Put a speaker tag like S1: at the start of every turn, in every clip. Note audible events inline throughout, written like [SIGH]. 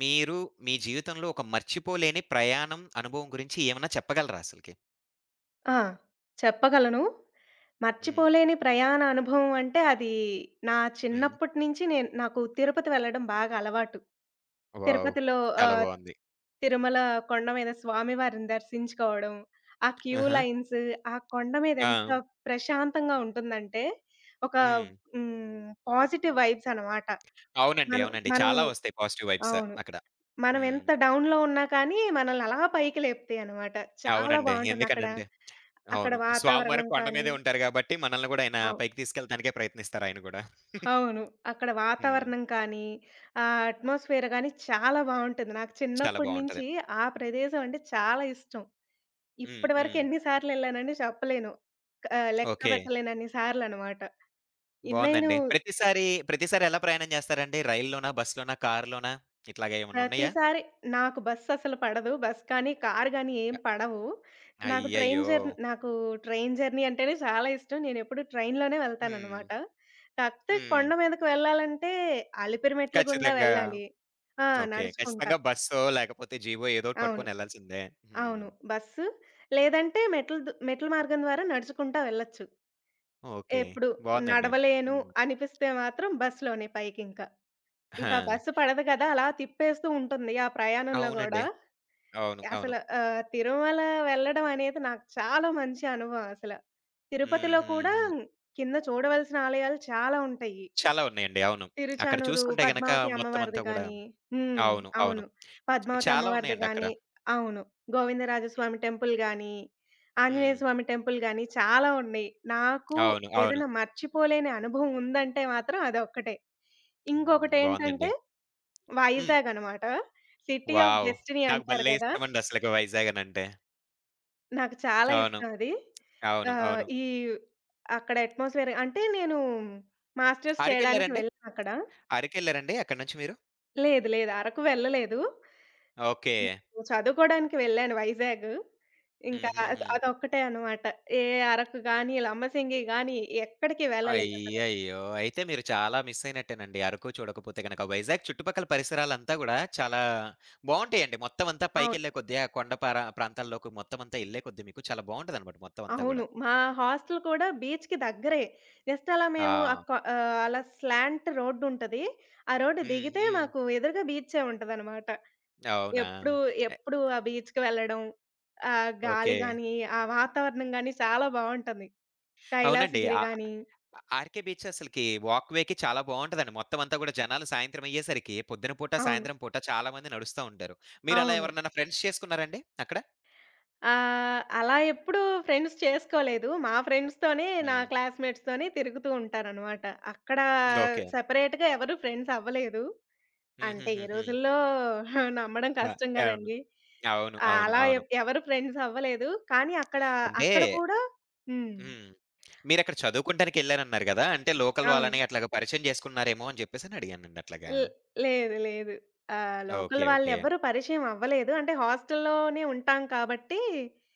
S1: మీరు మీ జీవితంలో ఒక మర్చిపోలేని ప్రయాణం, అనుభవం గురించి ఏమన్నా చెప్పగలరా అసలకి?
S2: ఆ! చెప్పగలను.
S1: హ్మ్.
S2: మర్చిపోలేని ప్రయాణ అనుభవం అంటే అది నా
S1: హ్మ్.
S2: చిన్నప్పటి నుంచి నాకు తిరుపతి వెళ్ళడం బాగా అలవాటు.
S1: వావ్!
S2: తిరుపతిలో
S1: చాలా
S2: ఆహ్,
S1: బావుంది.
S2: తిరుమల కొండ మీద స్వామివారిని దర్శించుకోవడం, ఆ క్యూ
S1: ఆహా!
S2: లైన్స్, ఆ కొండ మీద ఎంత
S1: ఆ!
S2: ప్రశాంతంగా ఉంటుందంటే, ఒక
S1: హ్మ్.
S2: హ్మ్. పాజిటివ్ వైబ్స్ అనమాట.
S1: అవునండి,
S2: మనం
S1: అవునండి,
S2: మనం
S1: చాలా వస్తాయి పాజిటివ్ వైబ్స్
S2: అవును.
S1: అక్కడ.
S2: మనం
S1: హ్మ్.
S2: ఎంత డౌన్‌లో ఉన్నా కానీ, మనల్ని అలా పైకి లేపుతాయనమాట. చాలా
S1: అవునండి.
S2: బావుంటుందక్కడ.
S1: ఎందుకనంటే
S2: అక్కడ అక్కడ
S1: అవును, స్వామివారు
S2: వాతావరణం
S1: కొండ
S2: కానీ
S1: మీదే ఉంటారు గాబట్టి, మనల్ని గూడా ఆయన
S2: అవు
S1: పైకి తీసుకెళ్ళటానికే ప్రయత్నిస్తారు ఆయన గూడా.
S2: అవును. అక్కడ
S1: హ్మ్.
S2: వాతావరణం కానీ, ఆ అట్మాస్ఫియర్ గానీ చాలా బావుంటుంది. నాకు
S1: చాలా
S2: చిన్నప్పటి నుంచి
S1: బావుంటది.
S2: ఆ ప్రదేశం అంటే చాలా ఇష్టం.
S1: హ్మ్.
S2: ఇప్పటి వరకు
S1: హ్మ్.
S2: ఎన్ని సార్లెళ్ళానని చెప్పలేను. లెక్క
S1: ఓకే.
S2: పెట్టలేనన్ని సార్లనమాట. ఇ నేను
S1: బావుందండి. ప్రతిసారి ఎలా ప్రయాణం జేస్తారండి? రైల్‌లోనా? బస్‌లోనా? కార్‌లోనా? ఇట్లాగ ఏమన్నున్నయా?
S2: ప్రతిసారి నాకు బస్ అసలు పడదు. బస్ కానీ, కారు గానీ ఏం పడవు. నాకు ట్రైన్
S1: అయ్యయ్యో!
S2: జర్నీ నాకు ట్రైన్ జర్నీ అంటేనే చాలా ఇష్టం. నేనెప్పుడు ట్రైన్‌లోనే
S1: హ్మ్.
S2: వెళ్తాననమాట. కాకపోతే
S1: హ్మ్.
S2: కొండ మీదకి వెళ్ళాలంటే అలిపిరి మెట్ల గుండా
S1: ఖచ్చితంగా.
S2: వెళ్ళాలి. ఆ!
S1: ఓకే.
S2: నడుచుకుంటా.
S1: ఖచ్చితంగా బస్సో, లేకపోతే జీపో ఏదోకటి
S2: అవును.
S1: పట్టుకొనెళ్ళాల్సిందే. హ్మ్.
S2: అవును. లేదంటే మెట్ల మార్గం ద్వారా నడుచుకుంటా వెళ్ళొచ్చు.
S1: ఓకే.
S2: ఎప్పుడు
S1: బావుందండి.
S2: నడవలేను
S1: హ్మ్.
S2: అనిపిస్తే మాత్రం బస్‌లోనే పైకింకా. ఇంకా ఇంకా
S1: ఆ!
S2: బస్సు పడదు కదా! అలా తిప్పేస్తూ ఉంటుంది ఆ ప్రయాణంలో గూడా.
S1: అవునండి. అవును, అవును.
S2: అసలు తిరుమల వెళ్ళడం అనేది నాకు చాలా మంచి అనుభవం అసల.
S1: హ్మ్.
S2: తిరుపతిలో
S1: హ్మ్.
S2: కూడా
S1: హ్మ్.
S2: కింద చూడవలసిన ఆలయాలు చాలా ఉంటాయి.
S1: చాలా ఉన్నాయండి, అవును. అక్కడ
S2: తిరుచానూరు
S1: చూసుకుంటే గనక
S2: పద్మావతి
S1: మొత్తం
S2: అమ్మవారిది
S1: అంతా గూడా
S2: గాని హ్మ్.
S1: అవును, అవును.
S2: అవును. పద్మావతి
S1: చాలా
S2: అమ్మవారిది
S1: ఉన్నాయండి అక్కడ.
S2: గాని అవును. గోవిందరాజస్వామి టెంపుల్ గాని, ఆంజనేయ
S1: హ్మ్.
S2: స్వామి టెంపుల్ గాని చాలా ఉన్నాయి. నాకు
S1: అవును, అవును.
S2: ఏదైనా మర్చిపోలేని అనుభవం ఉందంటే మాత్రం అదొక్కటే.
S1: హ్మ్. బావుందండి.
S2: ఇంకొకటేంటంటే
S1: హ్మ్.
S2: వైజాగ్ అనమాట. City of
S1: wow!
S2: డెస్టినీ
S1: నాకు
S2: అంటారు
S1: భలే
S2: కదా!
S1: ఇష్టమండి అసలకి వైజాగ్ అనంటే.
S2: నాకు చాలా
S1: అవును,
S2: ఇష్టం అది.
S1: అవును,
S2: ఆహ్,
S1: అవును.
S2: ఈ అక్కడ అట్మాస్ఫియర్ అంటే నేను మాస్టర్స్ చేయడానికి
S1: అరకెళ్లారండి?
S2: వెళ్ళానక్కడ.
S1: అరకెళ్లారండి అక్కడి నుంచి మీరు?
S2: లేదు, లేదు. అరకు వెళ్ళలేదు.
S1: ఓకే.
S2: నేను చదువుకోడానికి వెళ్ళాను వైజాగ్. ఇంకా
S1: హుహుహు.
S2: అదొక్కటే అనమాట. ఏ అరకు గాని, లంబసింగి గాని ఎక్కడికి వెళ్ళలేదసలు.
S1: అయ్యయ్యో! అయితే మీరు చాలా మిస్ అయినట్టేనండి, అరకు చూడకపోతే గనక. వైజాగ్ చుట్టుపక్కల పరిసరాలంతా గూడా చాలా బావుంటాయండి. మొత్తం అంతా
S2: అవును.
S1: పైకెళ్ళే కొద్దీ ఆ కొండ పార ప్రాంతాల్లోకి మొత్తం అంతా ఎళ్ళే కొద్దీ మీకు చాలా బావుంటదనమాట మొత్తం అంతా
S2: అవును.
S1: గూడా.
S2: మా హాస్టల్ కూడా బీచ్‌కి దగ్గరే. జస్ట్ అలా మేము
S1: ఆ!
S2: అలా స్లాంట్ రోడ్డుంటది. ఆ రోడ్డు
S1: హ్మ్.
S2: దిగితే
S1: హ్మ్.
S2: మాకు ఎదురుగా బీచే ఉంటదనమాట.
S1: అవునా?
S2: ఎప్పుడు,
S1: ఎ
S2: ఎప్పుడు ఆ బీచ్‌కి వెళ్ళడం. ఆ గాలి
S1: ఓకే.
S2: గాని, ఆ వాతావరణం గాని చాలా బావుంటది.
S1: అవునండి.
S2: కైలాసగిరి
S1: ఆ
S2: గాని
S1: ఆర్‌కే బీచ్ అసలకి వాక్ వేకి చాలా బావుంటదండి. మొత్తం అంతా గూడా జనాలు సాయంత్రం అయ్యేసరికి పొద్దున పూట,
S2: అవును.
S1: సాయంత్రం పూట చాలా మంది నడుస్తా ఉంటారు. మీరలా
S2: అవును.
S1: ఎవరినైనా ఫ్రెండ్స్ చేసుకున్నారండి అక్కడ?
S2: అలా ఎప్పుడూ ఫ్రెండ్స్ చేసుకోలేదు. మా ఫ్రెండ్స్‌తోనే నా
S1: హ్మ్.
S2: క్లాస్‌మేట్స్‌తోనే తిరుగుతూ ఉంటాననమాట. అక్కడ
S1: ఓకే.
S2: సెపరేట్‌గా ఎవరు ఫ్రెండ్స్ అవ్వలేదు. అంటే ఈ
S1: హుహుహుహు.
S2: రోజుల్లో [LAUGHS] నమ్మడం
S1: ఆ!
S2: కష్టం
S1: అవును,
S2: గదండీ!
S1: అవును, అవును,
S2: అలా
S1: అవును.
S2: ఎవరు ఫ్రెండ్స్ అవ్వలేదు. కానీ అక్కడ,
S1: అంటే
S2: అక్కడ కూడా హ్మ్.
S1: హ్మ్. మీరక్కడ చదువుకుంటానికెళ్లారన్నారు గదా! అంటే లోకల్
S2: అవును.
S1: వాళ్ళని అట్లాగా పరిచయం చేసుకున్నారేమో అని జెప్పేసని అడిగానండి అట్లాగా.
S2: ల్ లేదు. లేదు. Local
S1: okay, okay.
S2: వాళ్ళెవ్వరూ పరిచయం అవ్వలేదు. అంటే హాస్టల్‌లోనే ఉంటాం కాబట్టి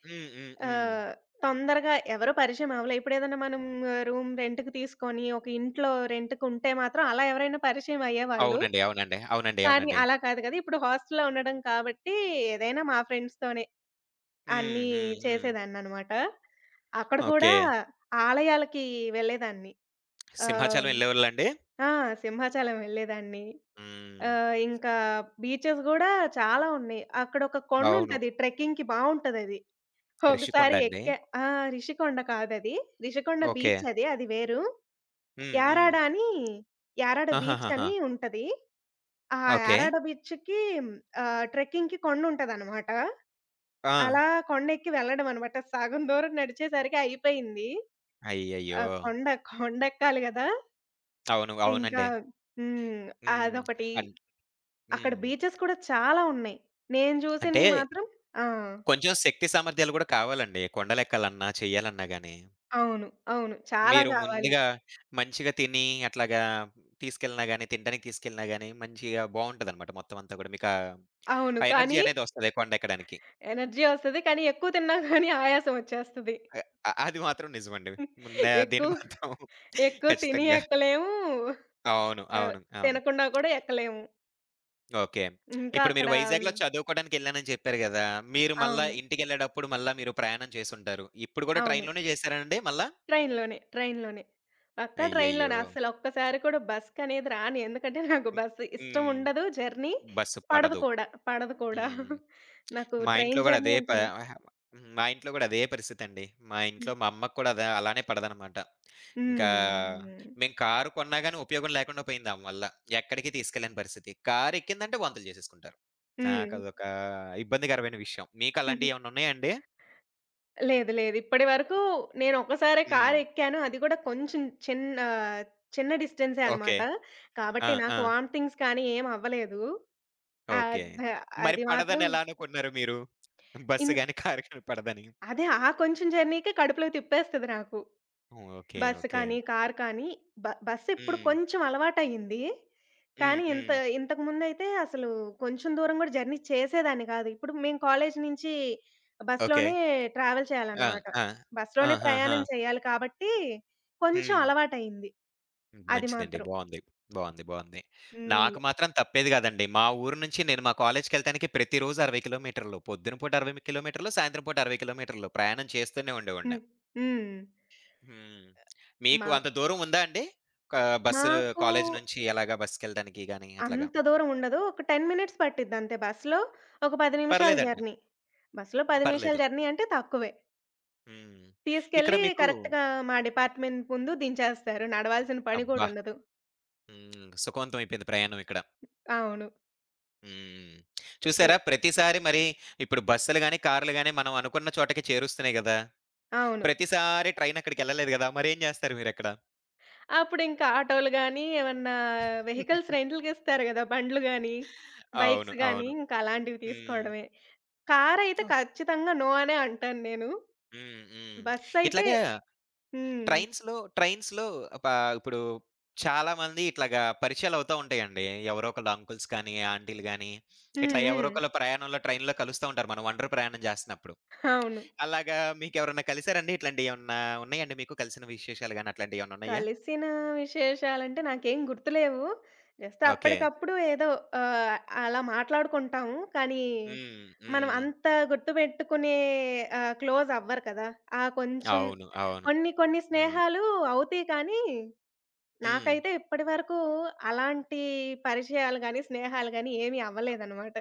S1: హ్మ్. హ్మ్. హ్మ్.
S2: ఆహ్, తొందరగా ఎవరు పరిచయం అవ్వలే. ఇప్పుడేదన్నా మనం రూమ్ రెంట్‌కి తీసుకొని ఒక ఇంట్లో రెంట్‌కుంటే మాత్రం అలా ఎవరైనా పరిచయం అయ్యేవాళ్ళు.
S1: అవునండి, అవునండి, అవునండి,
S2: కానీ
S1: అవునండి.
S2: అలా కాదు కదా! ఇప్పుడు హాస్టల్‌లో ఉండడం కాబట్టి ఏదైనా మా ఫ్రెండ్స్‌తోనే
S1: హ్మ్.
S2: అన్నీ
S1: హ్మ్. హ్మ్.
S2: చేసేదాన్ననమాట. అక్కడ కూడా
S1: ఓకే.
S2: ఆలయాలకి వెళ్ళేదాన్ని.
S1: సింహాచలం
S2: ఆహ్,
S1: ఎళ్ళేవాళ్ళండి?
S2: ఆ! సింహాచలం వెళ్ళేదాన్ని.
S1: హ్మ్.
S2: ఇంకా బీచెస్ గూడా చాలా ఉన్నాయి. అక్కడొక
S1: అవును.
S2: కొండుంటది. ట్రెక్కింగ్‌కి బావుంటదది.
S1: రిషికొండ
S2: ఒకసారి
S1: అండి?
S2: ఎక్కా ఆ! రిషికొండ కాదది. రిషికొండ
S1: ఓకే.
S2: బీచ్ అది. అది వేరు.
S1: హ్మ్. హ్మ్.
S2: యారాడ అని యారాడ బీచ్
S1: ఆహాహాహా!
S2: అని ఉంటది. ఆ
S1: ఓకే.
S2: యారాడ బీచ్‌కి ట్రెక్కింగ్‌కి కొండుంటదనమాట.
S1: ఆ!
S2: అలా కొండెక్కి వెళ్ళడం అనమాట. సగం దూరం నడిచేసరికి అయిపోయింది. ఆ!
S1: అయ్యయ్యో!
S2: కొండెక్కాలి గదా!
S1: అవును,
S2: ఇంకా
S1: అవునండి.
S2: హ్మ్.
S1: హ్మ్.
S2: అదొకటి.
S1: అన్
S2: అక్కడ
S1: హ్మ్.
S2: బీచెస్ కూడా చాలా ఉన్నాయి. నేను
S1: అంటే
S2: చూసినయి మాత్రం ఆ!
S1: కొంచెం శక్తి సామర్థ్యాలు గూడా కావాలండి కొండలెక్కాలన్నా, చెయ్యాలన్నా గాని.
S2: అవును. అవును. చాలా
S1: మీరు
S2: గావాలి.
S1: ముందుగా మంచిగా తిని అట్లాగా తీసుకెళ్ళినా గాని, తినడానికి తీసుకెళ్ళినా గాని మంచిగా బావుంటదనమాట మొత్తం అంతా గూడా. మీకా
S2: అవును.
S1: ఆ ఎనర్జీ
S2: కానీ
S1: అనేదొస్తది కొండెక్కడానికి.
S2: ఎనర్జీ ఒస్తది. కానీ ఎక్కువ తిన్నా గానీ ఆయాసం ఒచ్చేస్తది.
S1: అ అ అది మాత్రం నిజమండి. ముందే దీన్ని
S2: ఎక్కువ
S1: మాత్రం [LAUGHS]
S2: ఎక్కువ తిని
S1: ఖచ్చితంగా.
S2: ఎక్కలేము.
S1: అవును,
S2: ఆహ్,
S1: అవును, అవును.
S2: తినకుండా కూడా ఎక్కలేము.
S1: ఓకే.
S2: ఇంకా
S1: ఇప్పుడు
S2: అక్కడ
S1: మీరు వైజాగ్‌లో చదువుకోవడానికెళ్ళానని చెప్పారు గదా! మీరు మళ్ళా
S2: అవును.
S1: ఇంటికెళ్ళేటప్పుడు మళ్ళా మీరు ప్రయాణం చేసుంటారు. ఇప్పుడు గూడా
S2: అవును.
S1: ట్రైన్‌లోనే చేశారాండి మళ్ళా?
S2: ట్రైన్‌లోనే. ట్రైన్‌లోనే. పక్కా ట్రైన్‌లోనే.
S1: అయ్యయ్యో!
S2: అస్సలొక్కసారి కూడా బస్‌కనేది రాను. ఎందుకంటే నాకు
S1: హ్మ్.
S2: బస్సు ఇష్టం
S1: హ్మ్.
S2: ఉండదు. జర్నీ
S1: బస్సు
S2: పడదు
S1: పడదు.
S2: కూడా. పడదు కూడా.
S1: హ్మ్.
S2: నాకు
S1: మా ఇంట్లో
S2: ట్రైన్
S1: గూడా
S2: జర్నీ
S1: అదే ప
S2: అంటేనే
S1: అహా! హ్మ్. మా ఇంట్లో గూడా అదే పరిస్థితండి. మా ఇంట్లో
S2: హ్మ్.
S1: మా అమ్మకి కూడా అలానే పడదనమాట. ఇంకా
S2: హ్మ్.
S1: మేము కారు కొన్నా గాని ఉపయోగం లేకుండా పోయింది దాని వల్ల. ఎక్కడికి తీసుకెళ్ళని పరిస్థితి. కారు ఎక్కిందంటే వాంతులు చేసేసుకుంటారు.
S2: హ్మ్.
S1: నాకదొక ఇబ్బందికరమైన విషయం. మీకు అలాంటియేమన్నా ఉన్నాయా అండి?
S2: లేదు. లేదు. ఇప్పటి వరకు నేనొకసారే
S1: హ్మ్.
S2: కారెక్కాను. అది కూడా కొంచెం చిన్న చిన్న డిస్టెన్సే
S1: ఓకే.
S2: అనమాట.
S1: ఆ!
S2: కాబట్టి
S1: ఆ!
S2: నాకు వామిటింగ్స్ కానీ ఏమవ్వలేదు.
S1: ఓకే.
S2: అద్
S1: మరి
S2: అది మాత్రం
S1: పడదని ఎలా అనుకున్నారు మీరు?
S2: ఇన్
S1: బస్సు గాని, కారు గాని పడదని?
S2: అదే ఆ కొంచెం జర్నీకే కడుపులో తిప్పేస్తది నాకు.
S1: Okay,
S2: bus
S1: okay.
S2: కానీ, కార్ కానీ బస్సెప్పుడు
S1: హ్మ్.
S2: కొంచెం అలవాటయింది.
S1: హ్మ్.
S2: కానీ
S1: హ్మ్.
S2: ఇంతకుముందయితే అసలు కొంచెం దూరం గూడా జర్నీ చేసేదాన్ని కాదు. ఇప్పుడు మేము కాలేజీ నుంచి
S1: ఓకే.
S2: బస్‌లోనే ట్రావెల్
S1: ఆ!
S2: చేయాలనమాట.
S1: ఆ!
S2: బస్‌లోనే
S1: ఆహాహా!
S2: ప్రయాణం చేయాలి కాబట్టి కొంచెం
S1: హ్మ్.
S2: అలవాటయింది. అది
S1: మంచిదండి.
S2: మాత్రం.
S1: బావుంది, బావుంది, బావుంది.
S2: హ్మ్.
S1: నాకు మాత్రం తప్పేది గాదండి. మా ఊరు నుంచి నేను మా కాలేజ్‌కెళ్ళటానికి ప్రతిరోజు 60 కిలోమీటర్లు. పొద్దున పూట 60 కిలోమీటర్లు, సాయంత్రం పూట 60 కిలోమీటర్లు ప్రయాణం చేస్తూనే ఉండేవాడిని.
S2: హ్మ్. హ్మ్.
S1: హ్మ్. మీకు అంత
S2: మాకు
S1: దూరం ఉందా అండి? క బస్సు
S2: మాకు
S1: కాలేజ్ నుంచి ఎలాగా బస్సుకెళ్ళటానికి గాని అట్లాగా?
S2: అంత దూరం ఉండదు. ఒక 10 మినిట్స్ పట్టిద్దంతే బస్‌లో. ఒక 10 నిమిషాల
S1: పర్లేదండి.
S2: జర్నీ. బస్‌లో 10 నిమిషాల
S1: పర్లేదు.
S2: జర్నీ అంటే తక్కువే.
S1: హ్మ్. ఇక్కడ
S2: తీసుకెళ్ళి
S1: మీకు
S2: కరెక్ట్‌గా మా డిపార్ట్‌మెంట్ ముందు దించేస్తారు. నడవాల్సిన పని కూడా
S1: అబ్బా!
S2: ఉండదు.
S1: హ్మ్. సుఖవంతం అయిపోయింది ప్రయాణం ఇక్కడ.
S2: అవును.
S1: హ్మ్.
S2: ఎ
S1: చూసారా ప్రతిసారి మరి ఇప్పుడు బస్సులు గాని, కార్లు గాని మనం అనుకున్న చోటకి చేరుస్తున్నాయి గదా!
S2: అవును.
S1: ప్రతిసారి ట్రైన్ అక్కడికెళ్ళలేదు గదా! మరేం జేస్తారు మీరక్కడ?
S2: అప్పుడింకా ఆటోలు గాని, ఏమన్నా వెహికల్స్ రెంట్‌లకిస్తారు గదా! బండ్లు గాని,
S1: అవును,
S2: బైక్స్ గాని
S1: అవును.
S2: ఇంకా అలాంటివి
S1: హ్మ్.
S2: తీసుకోవడమే. కారయితే
S1: అవును.
S2: ఖచ్చితంగా నో అనే అంటాను నేను.
S1: హ్మ్. హ్మ్.
S2: బస్సయితే
S1: ఇట్లాగా
S2: హ్మ్.
S1: ట్రైన్స్‌లో ట్రైన్స్‌లో పా ఇప్పుడు చాలామంది ఇట్లాగా పరిచయాలవుతా ఉంటాయండి. ఎవరో ఒకళ్ళు అంకుల్స్ కానీ, ఆంటీలు గాని, ఇట్లా
S2: హ్మ్.
S1: ఎవరో
S2: హ్మ్.
S1: ఒకళ్ళు ప్రయాణంలో ట్రైన్‌లో కలుస్తా ఉంటారు మనం ఒంటరి ప్రయాణం జేస్తున్నప్పుడు.
S2: అవును.
S1: అలాగా మీకెవరన్నా కలిసారండి? ఇట్లాంటియేమన్నా ఉన్నాయండి మీకు కలిసిన విశేషాలు గాని అట్లాంటియేమన్నా ఉన్నాయా?
S2: కలిసిన విశేషాలంటే నాకేం గుర్తులేవు. Just
S1: okay.
S2: అప్పటికప్పుడు ఏదో ఆహ్, అలా మాట్లాడుకుంటాము. కానీ,
S1: హ్మ్.
S2: మనం
S1: హ్మ్.
S2: అంత గుర్తుపెట్టుకునే క్లోజ్ అవ్వరు కదా! ఆ కొంచెం
S1: అవును, అవును.
S2: కొన్ని కొన్ని
S1: హ్మ్.
S2: స్నేహాలు అవుతాయి కానీ,
S1: హ్మ్.
S2: నాకైతే ఇప్పటివరకు అలాంటి పరిచయాలు గాని, స్నేహాలు గాని ఏమీ అవ్వలేదనమాట.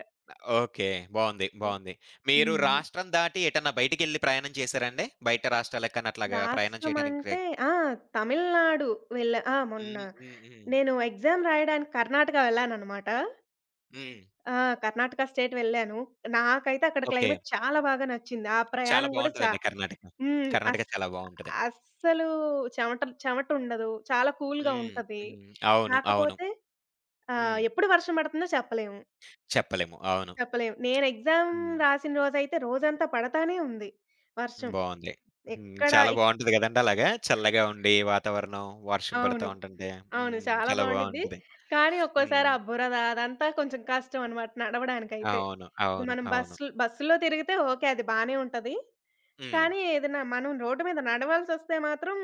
S1: ఓకే. బావుంది,
S2: హ్మ్.
S1: బావుంది. మీరు
S2: హ్మ్.
S1: రాష్ట్రం దాటి ఎటన్నా బయటికెళ్ళి ప్రయాణం చేశారాండి? బయట రాష్ట్రాలకన్నా అట్లాగా ప్రయాణం
S2: రాష్ట్రం
S1: చేయడానికి
S2: అంటే ఆ! తమిళనాడు వెళ్ళా. ఆ! మొన్న
S1: హ్మ్. హ్మ్. హ్మ్.
S2: నేను ఎగ్జామ్ రాయడానికి కర్ణాటక వెళ్ళాననమాట.
S1: హ్మ్.
S2: ఆ! కర్ణాటక స్టేట్ వెళ్ళాను. నాకైతే అక్కడ
S1: ఓకే.
S2: క్లైమేట్ చాలా బాగా నచ్చింది. ఆ
S1: చాలా
S2: ప్రయాణం గూడా చా
S1: బావుంటదండి కర్ణాటక.
S2: హ్మ్.
S1: కర్ణాటక చాలా బావుంటది.
S2: అస్సలు చెమటుండదు. చాలా కూల్‌గా
S1: హ్మ్.
S2: ఉంటది.
S1: హ్మ్. అవును, అవును.
S2: కాకపోతే
S1: హ్మ్.
S2: ఎప్పుడు వర్షం పడుతుందో చెప్పలేము.
S1: చెప్పలేము, అవును.
S2: చెప్పలేము. నేను ఎగ్జామ్
S1: హ్మ్.
S2: రాసిన రోజైతే రోజంతా పడతానే ఉంది వర్షం.
S1: బావుంది. హ్మ్.
S2: ఎక్కడ
S1: చాలా
S2: ఇ
S1: బావుంటది గదండీ అలాగా, చల్లగా ఉండి వాతావరణం, వర్షం
S2: అవును.
S1: పడతా ఉంటంటే.
S2: అవును.
S1: హ్మ్.
S2: చాలా
S1: చాలా
S2: బావుండిద్ది.
S1: బావుంటది.
S2: కానీ
S1: హ్మ్.
S2: ఒక్కోసారి ఆ బురద అదంతా కొంచెం కష్టం అనమాట నడవడానికైతే.
S1: అవును,
S2: ఇప్పుడు
S1: అవును,
S2: మనం
S1: అవును.
S2: బస్సుల్లో తిరిగితే ఓకే. అది బానే ఉంటది.
S1: హ్మ్.
S2: కానీ ఏదైనా మనం రోడ్డు మీద నడవాల్సొస్తే మాత్రం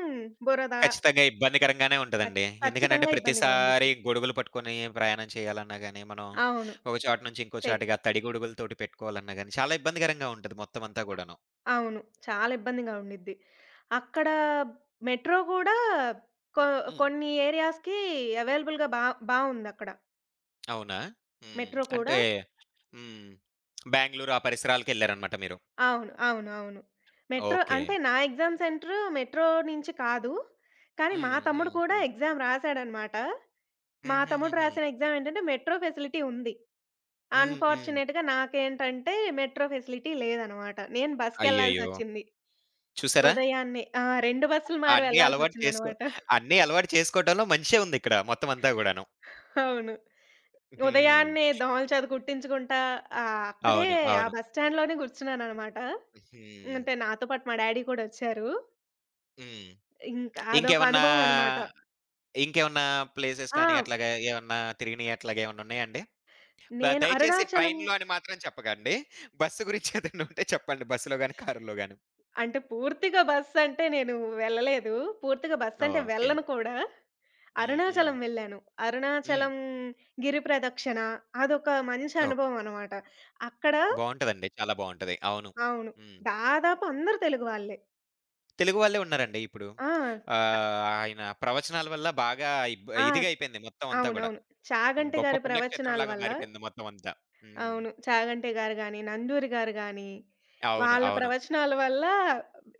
S2: బురద,
S1: ఖచ్చితంగా ఇబ్బందికరంగానే
S2: ఖచ్
S1: ఉంటదండి. ఎందుకనంటే
S2: ఖచ్చితంగా ఇబ్బందిగా
S1: ప్రతిసారి
S2: ఉండిద్ది.
S1: గొడుగులు పట్టుకొని ప్రయాణం చేయాలన్నా గాని, మనం
S2: అవును.
S1: ఒక చోట నుంచి ఇంకో
S2: చే
S1: చోటకి ఆ తడి గొడుగులతోటి పెట్టుకోవాలన్నా గాని, చాలా ఇబ్బందికరంగా ఉంటది మొత్తం అంతా
S2: అ
S1: గూడాను.
S2: అవును. చాలా ఇబ్బందిగా ఉండిద్ది. అక్కడ మెట్రో కూడా కొ
S1: హ్మ్.
S2: కొన్ని ఏరియాస్‌కి అవైలబుల్‌గా బావుందక్కడ.
S1: అవునా? హ్మ్.
S2: మెట్రో కూడా
S1: అంటే హ్మ్. బెంగుళూరు ఆ పరిసరాలకెళ్లారనమాట మీరు.
S2: అవును. అవును. అవును. Metro
S1: okay.
S2: అంటే నా ఎగ్జామ్ సెంటర్ మెట్రో నుంచి కాదు. కానీ మా
S1: హ్మ్.
S2: తమ్ముడు
S1: హ్మ్.
S2: కూడా
S1: హ్మ్.
S2: ఎగ్జామ్ రాసాడనమాట. మా తమ్ముడు
S1: హుహుహుహు.
S2: రాసిన ఎగ్జామ్ ఏంటంటే మెట్రో ఫెసిలిటీ ఉంది.
S1: హ్మ్. హ్మ్.
S2: అన్‌ఫార్చునేట్‌గా నాకేంటంటే మెట్రో ఫెసిలిటీ లేదనమాట. నేను
S1: అయ్యయ్యో!
S2: బస్‌కెళ్ళాల్సొచ్చింది.
S1: చూసారా?
S2: ఉదయాన్నే. ఆ! 2 బస్సులు మారి
S1: అన్నీ అలవాటు చేసుకో
S2: వెళ్ళాల్సొచ్చిందనమాట.
S1: అన్నీ అలవాటు చేసుకోవటంలో మంచే ఉందిక్కడ మొత్తం అంతా గూడాను.
S2: అవును.
S1: హ్మ్.
S2: ఉదయాన్నే దోమలచేత కుట్టించుకుంటా అక్కడే
S1: అవును,
S2: ఆ
S1: అవును.
S2: బస్ స్టాండ్‌లోనే కూర్చున్నాననమాట.
S1: హ్మ్.
S2: అంటే నాతో పాటు మా డ్యాడీ కూడా వచ్చారు.
S1: హ్మ్.
S2: ఇంకా అదొక
S1: ఇంకేమన్నా,
S2: అనుభవం అనమాట.
S1: ఇంకేమన్నా ప్లేసెస్
S2: ఆ!
S1: కానీ అట్లాగా ఏమన్నా తిరిగినయి అట్లాగా ఏమన్నా ఉన్నాయండి?
S2: నేను
S1: దయచేసి
S2: అరుణాచలం
S1: ట్రైన్‌లో అని మాత్రం చెప్పకండి. బస్సు గురించి ఏదైనా ఉంటే చెప్పండి. బస్సులో గాని, కారులో గాని.
S2: అంటే పూర్తిగా బస్సంటే నేను వెళ్ళలేదు. పూర్తిగా బస్సంటే
S1: ఓకే.
S2: వెళ్ళను కూడా.
S1: హ్మ్. హ్మ్.
S2: అరుణాచలం వెళ్ళాను.
S1: హ్మ్.
S2: అరుణాచలం గిరి ప్రదక్షిణ అదొక మంచి
S1: ఓకే.
S2: అనుభవం అనమాట. అక్కడ
S1: బావుంటదండి. చాలా బావుంటది, అవును.
S2: అవును.
S1: హ్మ్.
S2: దాదాపు అందరూ తెలుగు వాళ్ళే.
S1: తెలుగు వాళ్ళే ఉన్నారండి ఇప్పుడు.
S2: ఆ!
S1: ఆహ్, ఆయన ప్రవచనాల వల్ల బాగా
S2: ఆ!
S1: ఇదిగా అయిపోయింది మొత్తం అంతా గూడా.
S2: అవునవును. చాగంటి
S1: గొప్ప
S2: గారి ప్రవచనాల
S1: పుణ్యక్షేత్రంలాగా
S2: వల్ల
S1: మారిపోయింది మొత్తం అంతా. హ్మ్.
S2: అవును. 'చాగంటి' గారు గాని, 'నందూరి' గారు గాని,
S1: అవును,
S2: వాళ్ళ
S1: అవును.
S2: ప్రవచనాల వల్ల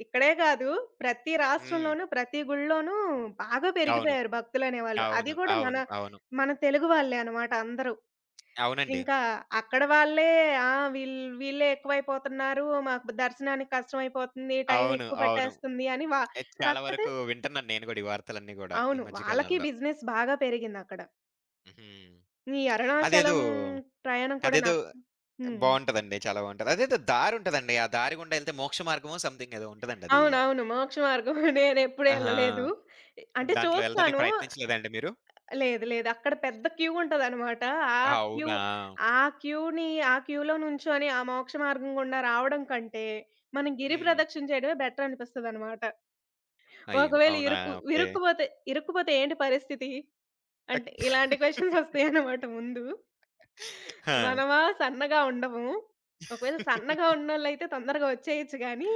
S2: ఇక్కడే కాదు ప్రతి
S1: హ్మ్.
S2: రాష్ట్రంలోనూ, ప్రతి గుడిలోనూ బాగా
S1: అవును,
S2: పెరిగిపోయారు భక్తులనేవాళ్ళు. అది
S1: అవును,
S2: కూడా మన
S1: అవును, అవును.
S2: మన తెలుగు వాళ్ళే అన్నమాట అందరూ.
S1: అవునండి.
S2: ఇంకా అక్కడ వాళ్ళే ఆ! వీళ్ వీళ్ళే ఎక్కువైపోతున్నారు. మాకు దర్శనానికి కష్టమైపోతుంది. టైం
S1: అవును,
S2: ఎక్కువ
S1: అవును.
S2: పట్టేస్తుంది అని
S1: చాలా
S2: కాకపోతే
S1: వరకు వింటున్నాను నేను గూడా ఈ వార్తలన్నీ గూడా ఈ
S2: అవును.
S1: మధ్య
S2: వాళ్ళకి
S1: కాలంలో.
S2: బిజినెస్ బాగా పెరిగిందక్కడ.
S1: హ్మ్.
S2: ఈ అరుణాచలం
S1: అదేదో
S2: ప్రయాణం కూడా
S1: అదేదో
S2: నాకు హ్మ్.
S1: బావుంటదండి. చాలా బావుంటది. అదేదో దారుంటదండి. ఆ దారి గుండా ఎళ్తే మోక్ష మార్గమో సంథింగ్ ఏదో ఉంటదండి అది.
S2: అవునవును. మోక్ష మార్గం [LAUGHS] నేనెప్పుడు
S1: ఆహా!
S2: ఎళ్ళలేదు. అంటే
S1: దాంట్లో ఎళ్ళడానికి
S2: చూస్తాను.
S1: ప్రయత్నించలేదా అండి మీరు?
S2: లేదు, లేదు. అక్కడ పెద్ద క్యూ ఉంటదనమాట. ఆ క్యూ
S1: అవునా?
S2: ఆ క్యూని ఆ క్యూలో నుంచొని ఆ మోక్ష మార్గం గుండా రావడం కంటే, మనం గిరి
S1: హ్మ్.
S2: ప్రదక్షిణ చేయడమే బెటరనిపిస్తదనమాట.
S1: అయ్యో!
S2: ఒకవేళ
S1: అవునా?
S2: ఇరుకు
S1: ఓకే.
S2: ఇరుక్కుపోతే ఇరుక్కుపోతే ఏంటి పరిస్థితి? అంటే ఇలాంటి క్వెషన్స్
S1: [LAUGHS]
S2: ఒస్తాయనమాట ముందు.
S1: ఆ!
S2: మనమా సన్నగా ఉండము. ఒకవేళ సన్నగా ఉన్నోళ్ళైతే తొందరగా ఒచ్చేయొచ్చు గానీ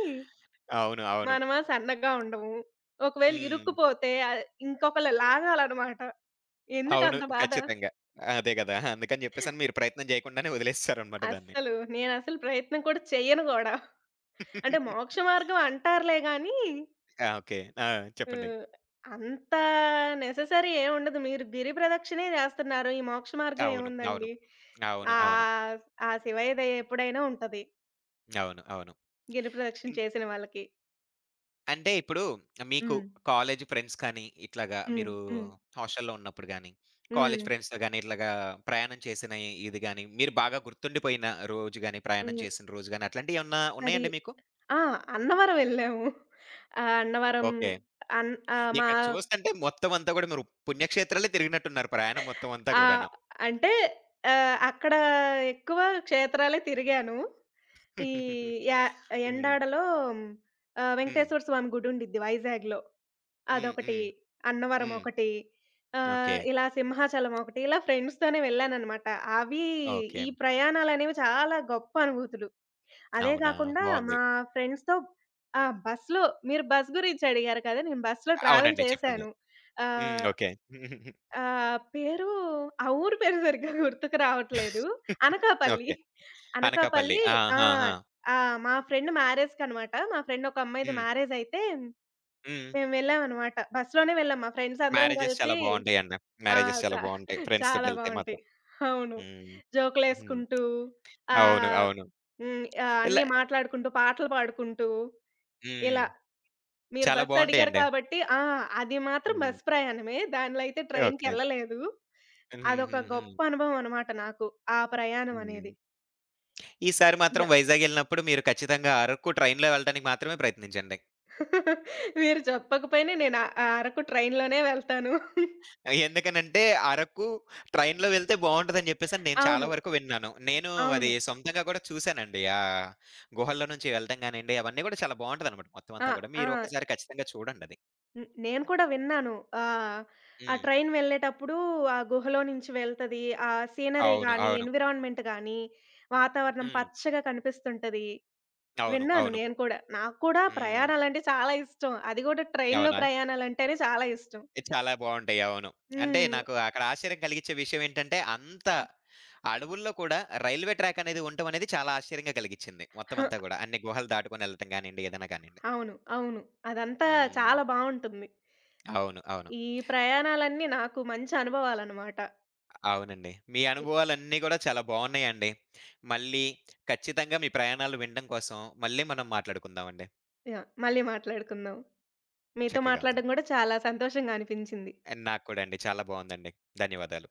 S1: అవును, అవును.
S2: మనమా సన్నగా ఉండము. ఒకవేళ
S1: హ్మ్.
S2: ఇరుక్కుపోతే ఇంకొకళ్ళు లాగాలనమాట.
S1: అవును.
S2: ఎందుకంత బాధ?
S1: ఖచ్చితంగా. ఆ, అదే గదా! అందుకని జెప్పేసని మీరు ప్రయత్నం జేయకుండానే వదిలేసేసారనమాట దాన్ని.
S2: అస్సలు. నేనసలు ప్రయత్నం కూడా చెయ్యను గూడా. అంటే
S1: [LAUGHS]
S2: మోక్ష మార్గం అంటారులే గానీ,
S1: ఆ! ఓకే. ఆ! చెప్పండి.
S2: ఆహ్, అంత నెససరీ ఏముండదు. మీరు గిరి ప్రదక్షిణే జేస్తున్నారు. ఈ మోక్ష మార్గం
S1: అవును, అవును,
S2: ఏముందండి?
S1: అవును, అవును,
S2: ఆహ్, ఆ శివయ్య దయ ఎప్పుడైనా ఉంటది.
S1: అవును, అవును.
S2: గిరి ప్రదక్షిణ
S1: ఇంక్
S2: చేసిన వాళ్ళకి.
S1: అంటే ఇప్పుడు మీకు
S2: హ్మ్.
S1: కాలేజీ ఫ్రెండ్స్ కానీ, ఇట్లాగా
S2: హ్మ్.
S1: మీరు
S2: హ్మ్.
S1: హాస్టల్‌లో ఉన్నప్పుడు గానీ,
S2: హ్మ్.
S1: కాలేజీ ఫ్రెండ్స్‌తో గానీ, ఇట్లాగా ప్రయాణం చేసిన ఇది గానీ, మీరు బాగా గుర్తుండిపోయిన రోజు గానీ, ప్రయాణం
S2: హ్మ్.
S1: చేసిన రోజు గానీ, అట్లాంటియేమన్నా
S2: అది
S1: ఉన్నాయండి మీకు?
S2: ఆ! అన్నవరం వెళ్ళాము. ఆహ్, అన్నవరం
S1: ఓకే.
S2: అన్ ఆహ్, మా
S1: ఇక చూస్తంటే మొత్తం అంతా గూడా మీరు పుణ్యక్షేత్రాలే తిరిగినట్టున్నారు ప్రయాణం మొత్తం అంతా
S2: ఆహ్,
S1: గూడాను.
S2: అంటే అక్కడ ఎక్కువ క్షేత్రాలే తిరిగాను. ఈ
S1: [LAUGHS]
S2: య
S1: హ్మ్.
S2: ఎండాడలో
S1: హ్మ్.
S2: వెంకటేశ్వర స్వామి గుడి ఉండిద్ది వైజాగ్‌లో.
S1: హ్మ్.
S2: అదొకటి,
S1: హ్మ్.
S2: అన్నవరం
S1: హ్మ్.
S2: ఒకటి,
S1: ఓకే,
S2: ఇలా సింహాచలం ఒకటి, ఇలా ఫ్రెండ్స్‌తోనే వెళ్ళాననమాట. అవి
S1: ఓకే.
S2: ఈ ప్రయాణాలనేవి చాలా గొప్ప అనుభూతులు. అదే
S1: అవునా?
S2: కాకుండా
S1: బావుంది.
S2: మా ఫ్రెండ్స్‌తో ఆ! బస్‌లో మీరు బస్ గురించి అడిగారు కదా! నేను బస్‌లో ట్రావెల్
S1: అవునండి, చెప్పండి.
S2: చేశాను.
S1: హ్మ్.
S2: ఆహ్,
S1: ఓకే.
S2: ఆహ్, పేరు ఆ ఊరు పేరు సరిగ్గా [LAUGHS] గుర్తుకు రావట్లేదు. అనకాపల్లి.
S1: ఓకే. అనకాపల్లి.
S2: అనకాపల్లి
S1: ఆ!
S2: ఆ!
S1: ఆ! ఆ!
S2: ఆ! మా ఫ్రెండ్ మ్యారేజ్‌కనమాట. మా ఫ్రెండ్ ఒక అమ్మాయిది
S1: హ్మ్.
S2: మ్యారేజ్ అయితే
S1: హ్మ్.
S2: మేము వెళ్ళామనమాట. బస్‌లోనే వెళ్ళాం. మా ఫ్రెండ్స్ అందరం
S1: మ్యారేజెస్ చాలా
S2: కలిసి
S1: బావుంటాయండి.
S2: ఆ!
S1: మ్యారేజెస్ చాలా
S2: చా
S1: బావుంటాయి ఫ్రెండ్స్
S2: చాలా
S1: తోటెళ్తే
S2: బావుంటాయి.
S1: మాత్రం.
S2: అవును.
S1: హ్మ్. హ్మ్.
S2: జోకులేసుకుంటూ
S1: అవును,
S2: ఆహ్,
S1: అవును.
S2: హ్మ్.
S1: ఇలా
S2: అన్నీ మాట్లాడుకుంటూ, పాటలు పాడుకుంటూ ఇలా.
S1: హ్మ్.
S2: మీరు
S1: చాలా
S2: బస్ అడిగారు
S1: బావుంటాయండి.
S2: కాబట్టి ఆ! అది మాత్రం
S1: హ్మ్.
S2: బస్ ప్రయాణమే. దానిలో అయితే
S1: ఓకే.
S2: ట్రైన్‌కెళ్ళలేదు. అదొక
S1: హుహుహు. హ్మ్.
S2: గొప్ప అనుభవం అనమాట నాకు. ఆ ప్రయాణం అనేది.
S1: [LAUGHS] ఈసారి మాత్రం
S2: ఇలా.
S1: వైజాగ్ ఎళ్ళినప్పుడు మీరు ఖచ్చితంగా అరకు ట్రైన్‌లో వెళ్ళటానికి మాత్రమే ప్రయత్నించండి.
S2: మీరు చెప్పకపోయినా నేను అ అరకు ట్రైన్‌లోనే వెళ్తాను.
S1: ఎందుకనంటే అరకు ట్రైన్‌లో వెళ్తే బావుంటదని జెప్పేసని నేను చాలా
S2: అవును.
S1: వరకు విన్నాను. నేను
S2: అవును.
S1: అది సొంతంగా గూడా చూసానండి. ఆహ్, గుహల్లో నుంచి వెళ్ళటం గానియండి, అవన్నీ గూడా చాలా బావుంటదనమాట మొత్తం
S2: ఆ!
S1: అంతా గూడా.
S2: ఆ!
S1: మీరు ఒక్కసారి ఖచ్చితంగా చూడండది.
S2: హ్మ్. నేను కూడా విన్నాను. ఆహ్, ఆ
S1: హ్మ్.
S2: ట్రైన్ వెళ్ళేటప్పుడు ఆ గుహలో నుంచి వెళ్తది. ఆ సీనరీ
S1: అవును,
S2: గాని,
S1: అవును.
S2: ఎన్విరాన్మెంట్ గాని, వాతావరణం
S1: హ్మ్.
S2: పచ్చగా కనిపిస్తుంటది.
S1: అవును,
S2: విన్నాను
S1: అవును.
S2: నేను కూడా. నాకు కూడా
S1: హ్మ్.
S2: ప్రయాణాలంటే చాలా ఇష్టం. అది కూడా ట్రైన్‌లో
S1: అవునా?
S2: ప్రయాణాలంటేనే చాలా ఇష్టం.
S1: ఇది చాలా బావుంటాయి, అవును. అంటే
S2: హ్మ్.
S1: నాకు అక్కడ ఆశ్చర్యం కలిగించే విషయం ఏంటంటే, అంత అడవుల్లో కూడా రైల్వే ట్రాక్ అనేది ఉండటం అనేది చాలా ఆశ్చర్యంగా కలిగించింది మొత్తం
S2: [LAUGHS]
S1: అంతా గూడా. అన్ని గుహలు దాటుకొని ఎళ్ళటం గానియండి, ఏదైనా గానియండి.
S2: అవును. అవును. అదంతా
S1: హ్మ్.
S2: చాలా బావుంటుంది.
S1: అవును, అవును.
S2: ఈ ప్రయాణాలన్నీ నాకు మంచి అనుభవాలన్నమాట.
S1: అవునండి, మీ
S2: ఇ
S1: అనుభవాలన్నీ గూడా చాలా బావున్నాయండి. మళ్ళీ ఖచ్చితంగా మీ ప్రయాణాలు వినడం కోసం మళ్ళీ మనం మాట్లాడుకుందామండి.
S2: యాహ్! మళ్ళీ మాట్లాడుకుందాం. మీతో
S1: చక్కగా
S2: మాట్లాడడం
S1: ఉందండి.
S2: కూడా చాలా సంతోషంగా అనిపించింది.
S1: అండ్ నాకు కూడా అండి చాలా బావుందండి. ధన్యవాదాలు.